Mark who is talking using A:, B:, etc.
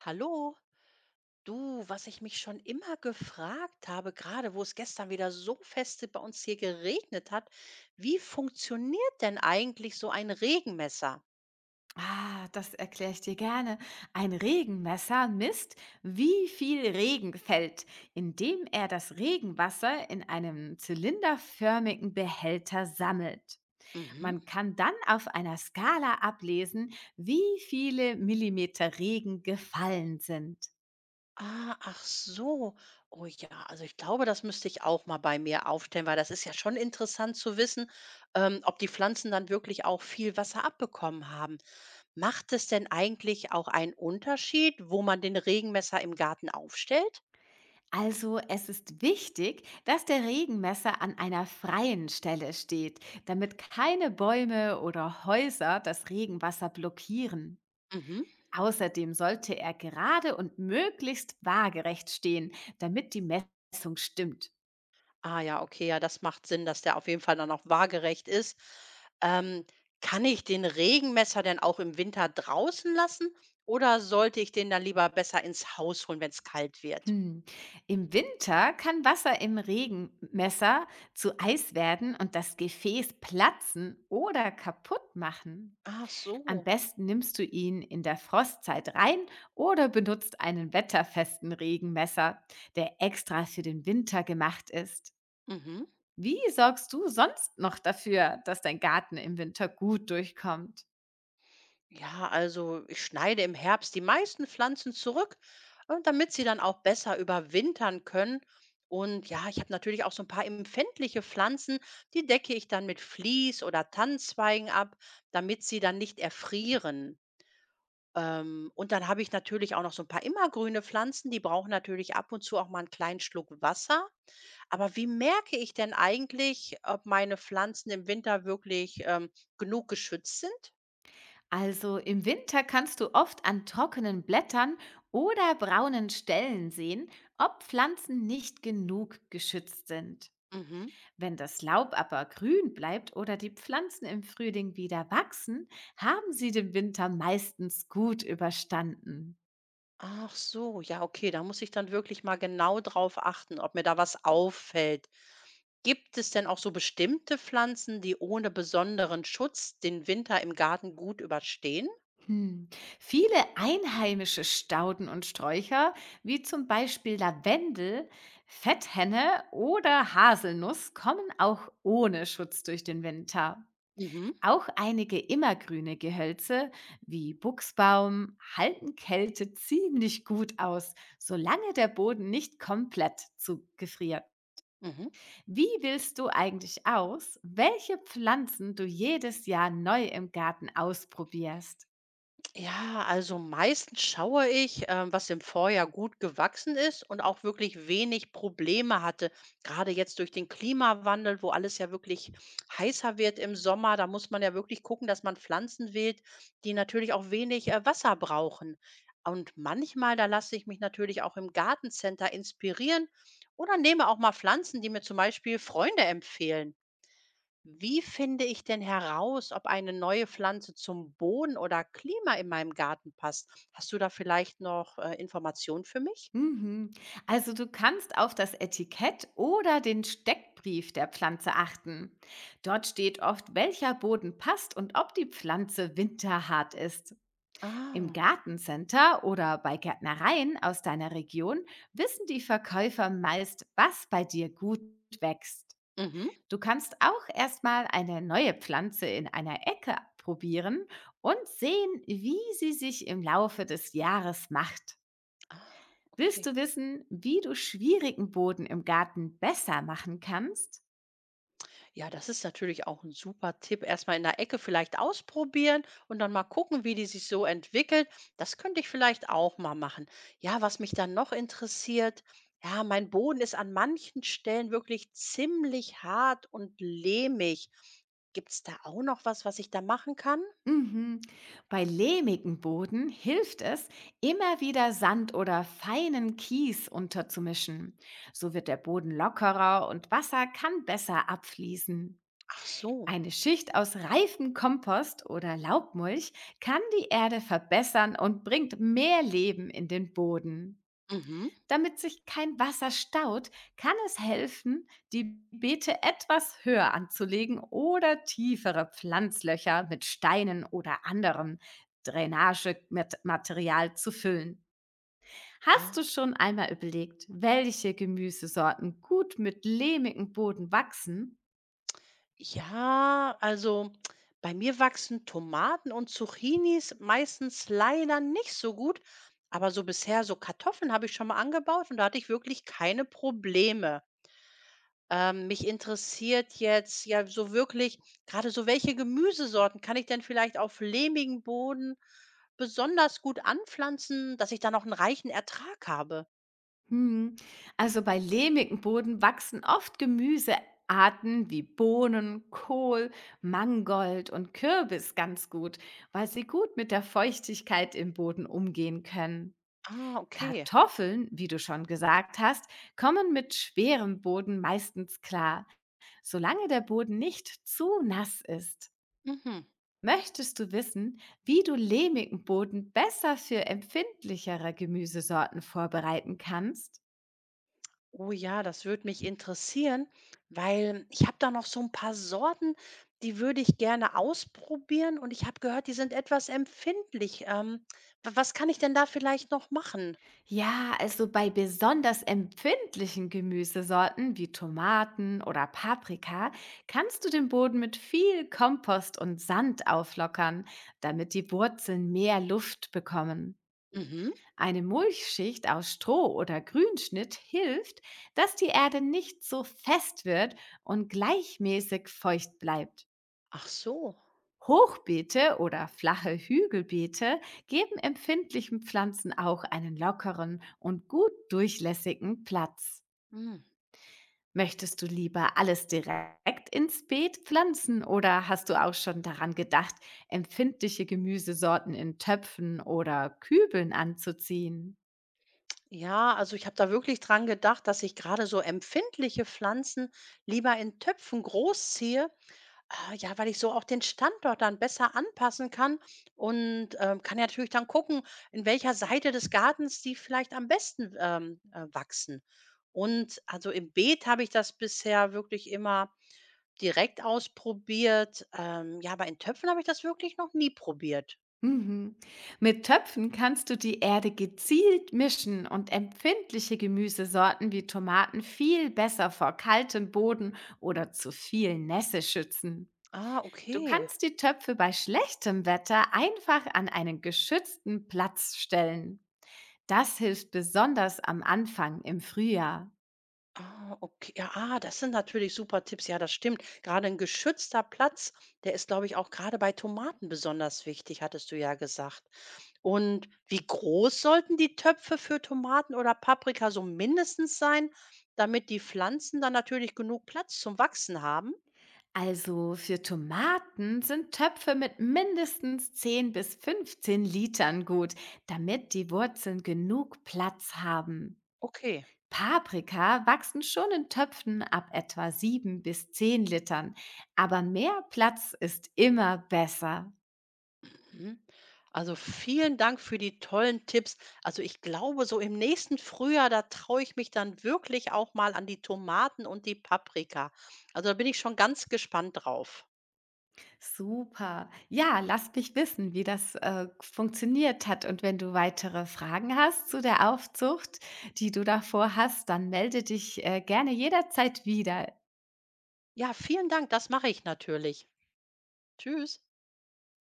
A: Hallo, du, was ich mich schon immer gefragt habe, gerade wo es gestern wieder so feste bei uns hier geregnet hat, wie funktioniert denn eigentlich so ein Regenmesser?
B: Ah, das erkläre ich dir gerne. Ein Regenmesser misst, wie viel Regen fällt, indem er das Regenwasser in einem zylinderförmigen Behälter sammelt.
A: Mhm.
B: Man kann dann auf einer Skala ablesen, wie viele Millimeter Regen gefallen sind.
A: Ah, ach so. Oh ja, also ich glaube, das müsste ich auch mal bei mir aufstellen, weil das ist ja schon interessant zu wissen, ob die Pflanzen dann wirklich auch viel Wasser abbekommen haben. Macht es denn eigentlich auch einen Unterschied, wo man den Regenmesser im Garten aufstellt?
B: Also es ist wichtig, dass der Regenmesser an einer freien Stelle steht, damit keine Bäume oder Häuser das Regenwasser blockieren.
A: Mhm.
B: Außerdem sollte er gerade und möglichst waagerecht stehen, damit die Messung stimmt.
A: Ah ja, okay, ja, das macht Sinn, dass der auf jeden Fall dann auch waagerecht ist. Ähm, Kann ich den Regenmesser denn auch im Winter draußen lassen oder sollte ich den dann lieber besser ins Haus holen, wenn es kalt wird?
B: Hm. Im Winter kann Wasser im Regenmesser zu Eis werden und das Gefäß platzen oder kaputt machen.
A: Ach
B: Am
A: so.
B: besten nimmst du ihn in der Frostzeit rein oder benutzt einen wetterfesten Regenmesser, der extra für den Winter gemacht ist.
A: Mhm.
B: Wie sorgst du sonst noch dafür, dass dein Garten im Winter gut durchkommt?
A: Ja, also ich schneide im Herbst die meisten Pflanzen zurück, damit sie dann auch besser überwintern können. Und ja, ich habe natürlich auch so ein paar empfindliche Pflanzen, die decke ich dann mit Vlies oder Tannenzweigen ab, damit sie dann nicht erfrieren. Und dann habe ich natürlich auch noch so ein paar immergrüne Pflanzen, die brauchen natürlich ab und zu auch mal einen kleinen Schluck Wasser. Aber wie merke ich denn eigentlich, ob meine Pflanzen im Winter wirklich, genug geschützt sind?
B: Also im Winter kannst du oft an trockenen Blättern oder braunen Stellen sehen, ob Pflanzen nicht genug geschützt sind.
A: Mhm.
B: Wenn das Laub aber grün bleibt oder die Pflanzen im Frühling wieder wachsen, haben sie den Winter meistens gut überstanden.
A: Ach so, ja, okay, da muss ich dann wirklich mal genau drauf achten, ob mir da was auffällt. Gibt es denn auch so bestimmte Pflanzen, die ohne besonderen Schutz den Winter im Garten gut überstehen?
B: Hm. Viele einheimische Stauden und Sträucher, wie zum Beispiel Lavendel, Fetthenne oder Haselnuss, kommen auch ohne Schutz durch den Winter.
A: Mhm.
B: Auch einige immergrüne Gehölze wie Buchsbaum halten Kälte ziemlich gut aus, solange der Boden nicht komplett zugefriert.
A: Mhm.
B: Wie willst du eigentlich aus, welche Pflanzen du jedes Jahr neu im Garten ausprobierst?
A: Ja, also meistens schaue ich, was im Vorjahr gut gewachsen ist und auch wirklich wenig Probleme hatte. Gerade jetzt durch den Klimawandel, wo alles ja wirklich heißer wird im Sommer, da muss man ja wirklich gucken, dass man Pflanzen wählt, die natürlich auch wenig Wasser brauchen. Und manchmal, da lasse ich mich natürlich auch im Gartencenter inspirieren oder nehme auch mal Pflanzen, die mir zum Beispiel Freunde empfehlen. Wie finde ich denn heraus, ob eine neue Pflanze zum Boden oder Klima in meinem Garten passt? Hast du da vielleicht noch Informationen für mich?
B: Mhm. Also du kannst auf das Etikett oder den Steckbrief der Pflanze achten. Dort steht oft, welcher Boden passt und ob die Pflanze winterhart ist. Im
A: Ah.
B: Gartencenter oder bei Gärtnereien aus deiner Region wissen die Verkäufer meist, was bei dir gut wächst.
A: Mhm.
B: Du kannst auch erstmal eine neue Pflanze in einer Ecke probieren und sehen, wie sie sich im Laufe des Jahres macht.
A: Ah,
B: Willst du
A: okay.
B: wissen, wie du schwierigen Boden im Garten besser machen kannst?
A: Ja, das ist natürlich auch ein super Tipp. Erstmal in der Ecke vielleicht ausprobieren und dann mal gucken, wie die sich so entwickelt. Das könnte ich vielleicht auch mal machen. Ja, was mich dann noch interessiert, ja, mein Boden ist an manchen Stellen wirklich ziemlich hart und lehmig. Gibt es da auch noch was, was ich da machen kann?
B: Mhm. Bei lehmigem Boden hilft es, immer wieder Sand oder feinen Kies unterzumischen. So wird der Boden lockerer und Wasser kann besser abfließen.
A: Ach so.
B: Eine Schicht aus reifem Kompost oder Laubmulch kann die Erde verbessern und bringt mehr Leben in den Boden.
A: Mhm.
B: Damit sich kein Wasser staut, kann es helfen, die Beete etwas höher anzulegen oder tiefere Pflanzlöcher mit Steinen oder anderem Drainagematerial zu füllen. Hast du
A: Ah.
B: schon einmal überlegt, welche Gemüsesorten gut mit lehmigem Boden wachsen?
A: Ja, also bei mir wachsen Tomaten und Zucchinis meistens leider nicht so gut. Aber so bisher, so Kartoffeln habe ich schon mal angebaut und da hatte ich wirklich keine Probleme. Mich interessiert jetzt ja so wirklich, gerade so welche Gemüsesorten kann ich denn vielleicht auf lehmigem Boden besonders gut anpflanzen, dass ich da noch einen reichen Ertrag habe?
B: Hm. Also bei lehmigem Boden wachsen oft Gemüsearten wie Bohnen, Kohl, Mangold und Kürbis ganz gut, weil sie gut mit der Feuchtigkeit im Boden umgehen können.
A: Ah, okay.
B: Kartoffeln, wie du schon gesagt hast, kommen mit schwerem Boden meistens klar, solange der Boden nicht zu nass ist.
A: Mhm.
B: Möchtest du wissen, wie du lehmigen Boden besser für empfindlichere Gemüsesorten vorbereiten kannst?
A: Oh ja, das würde mich interessieren, weil ich habe da noch so ein paar Sorten, die würde ich gerne ausprobieren und ich habe gehört, die sind etwas empfindlich. W was kann ich denn da vielleicht noch machen?
B: Ja, also bei besonders empfindlichen Gemüsesorten wie Tomaten oder Paprika kannst du den Boden mit viel Kompost und Sand auflockern, damit die Wurzeln mehr Luft bekommen.
A: Mhm.
B: Eine Mulchschicht aus Stroh oder Grünschnitt hilft, dass die Erde nicht so fest wird und gleichmäßig feucht bleibt.
A: Ach so.
B: Hochbeete oder flache Hügelbeete geben empfindlichen Pflanzen auch einen lockeren und gut durchlässigen Platz.
A: Hm.
B: Möchtest du lieber alles direkt ins Beet pflanzen oder hast du auch schon daran gedacht, empfindliche Gemüsesorten in Töpfen oder Kübeln anzuziehen?
A: Ja, also ich habe da wirklich dran gedacht, dass ich gerade so empfindliche Pflanzen lieber in Töpfen großziehe. Ah, ja, weil ich so auch den Standort dann besser anpassen kann und, kann ja natürlich dann gucken, in welcher Seite des Gartens die vielleicht am besten, wachsen. Und also im Beet habe ich das bisher wirklich immer direkt ausprobiert. Ja, aber in Töpfen habe ich das wirklich noch nie probiert.
B: Mhm. Mit Töpfen kannst du die Erde gezielt mischen und empfindliche Gemüsesorten wie Tomaten viel besser vor kaltem Boden oder zu viel Nässe schützen.
A: Ah,
B: Du
A: okay.
B: kannst die Töpfe bei schlechtem Wetter einfach an einen geschützten Platz stellen. Das hilft besonders am Anfang im Frühjahr.
A: Ah, okay. Ja, ah, das sind natürlich super Tipps. Ja, das stimmt. Gerade ein geschützter Platz, der ist, glaube ich, auch gerade bei Tomaten besonders wichtig, hattest du ja gesagt. Und wie groß sollten die Töpfe für Tomaten oder Paprika so mindestens sein, damit die Pflanzen dann natürlich genug Platz zum Wachsen haben?
B: Also für Tomaten sind Töpfe mit mindestens 10 bis 15 Litern gut, damit die Wurzeln genug Platz haben.
A: Okay.
B: Paprika wachsen schon in Töpfen ab etwa 7 bis 10 Litern, aber mehr Platz ist immer besser.
A: Mhm. Also vielen Dank für die tollen Tipps. Also ich glaube, so im nächsten Frühjahr, da traue ich mich dann wirklich auch mal an die Tomaten und die Paprika. Also da bin ich schon ganz gespannt drauf.
B: Super. Ja, lass mich wissen, wie das funktioniert hat. Und wenn du weitere Fragen hast zu der Aufzucht, die du davor hast, dann melde dich gerne jederzeit wieder.
A: Ja, vielen Dank, das mache ich natürlich. Tschüss.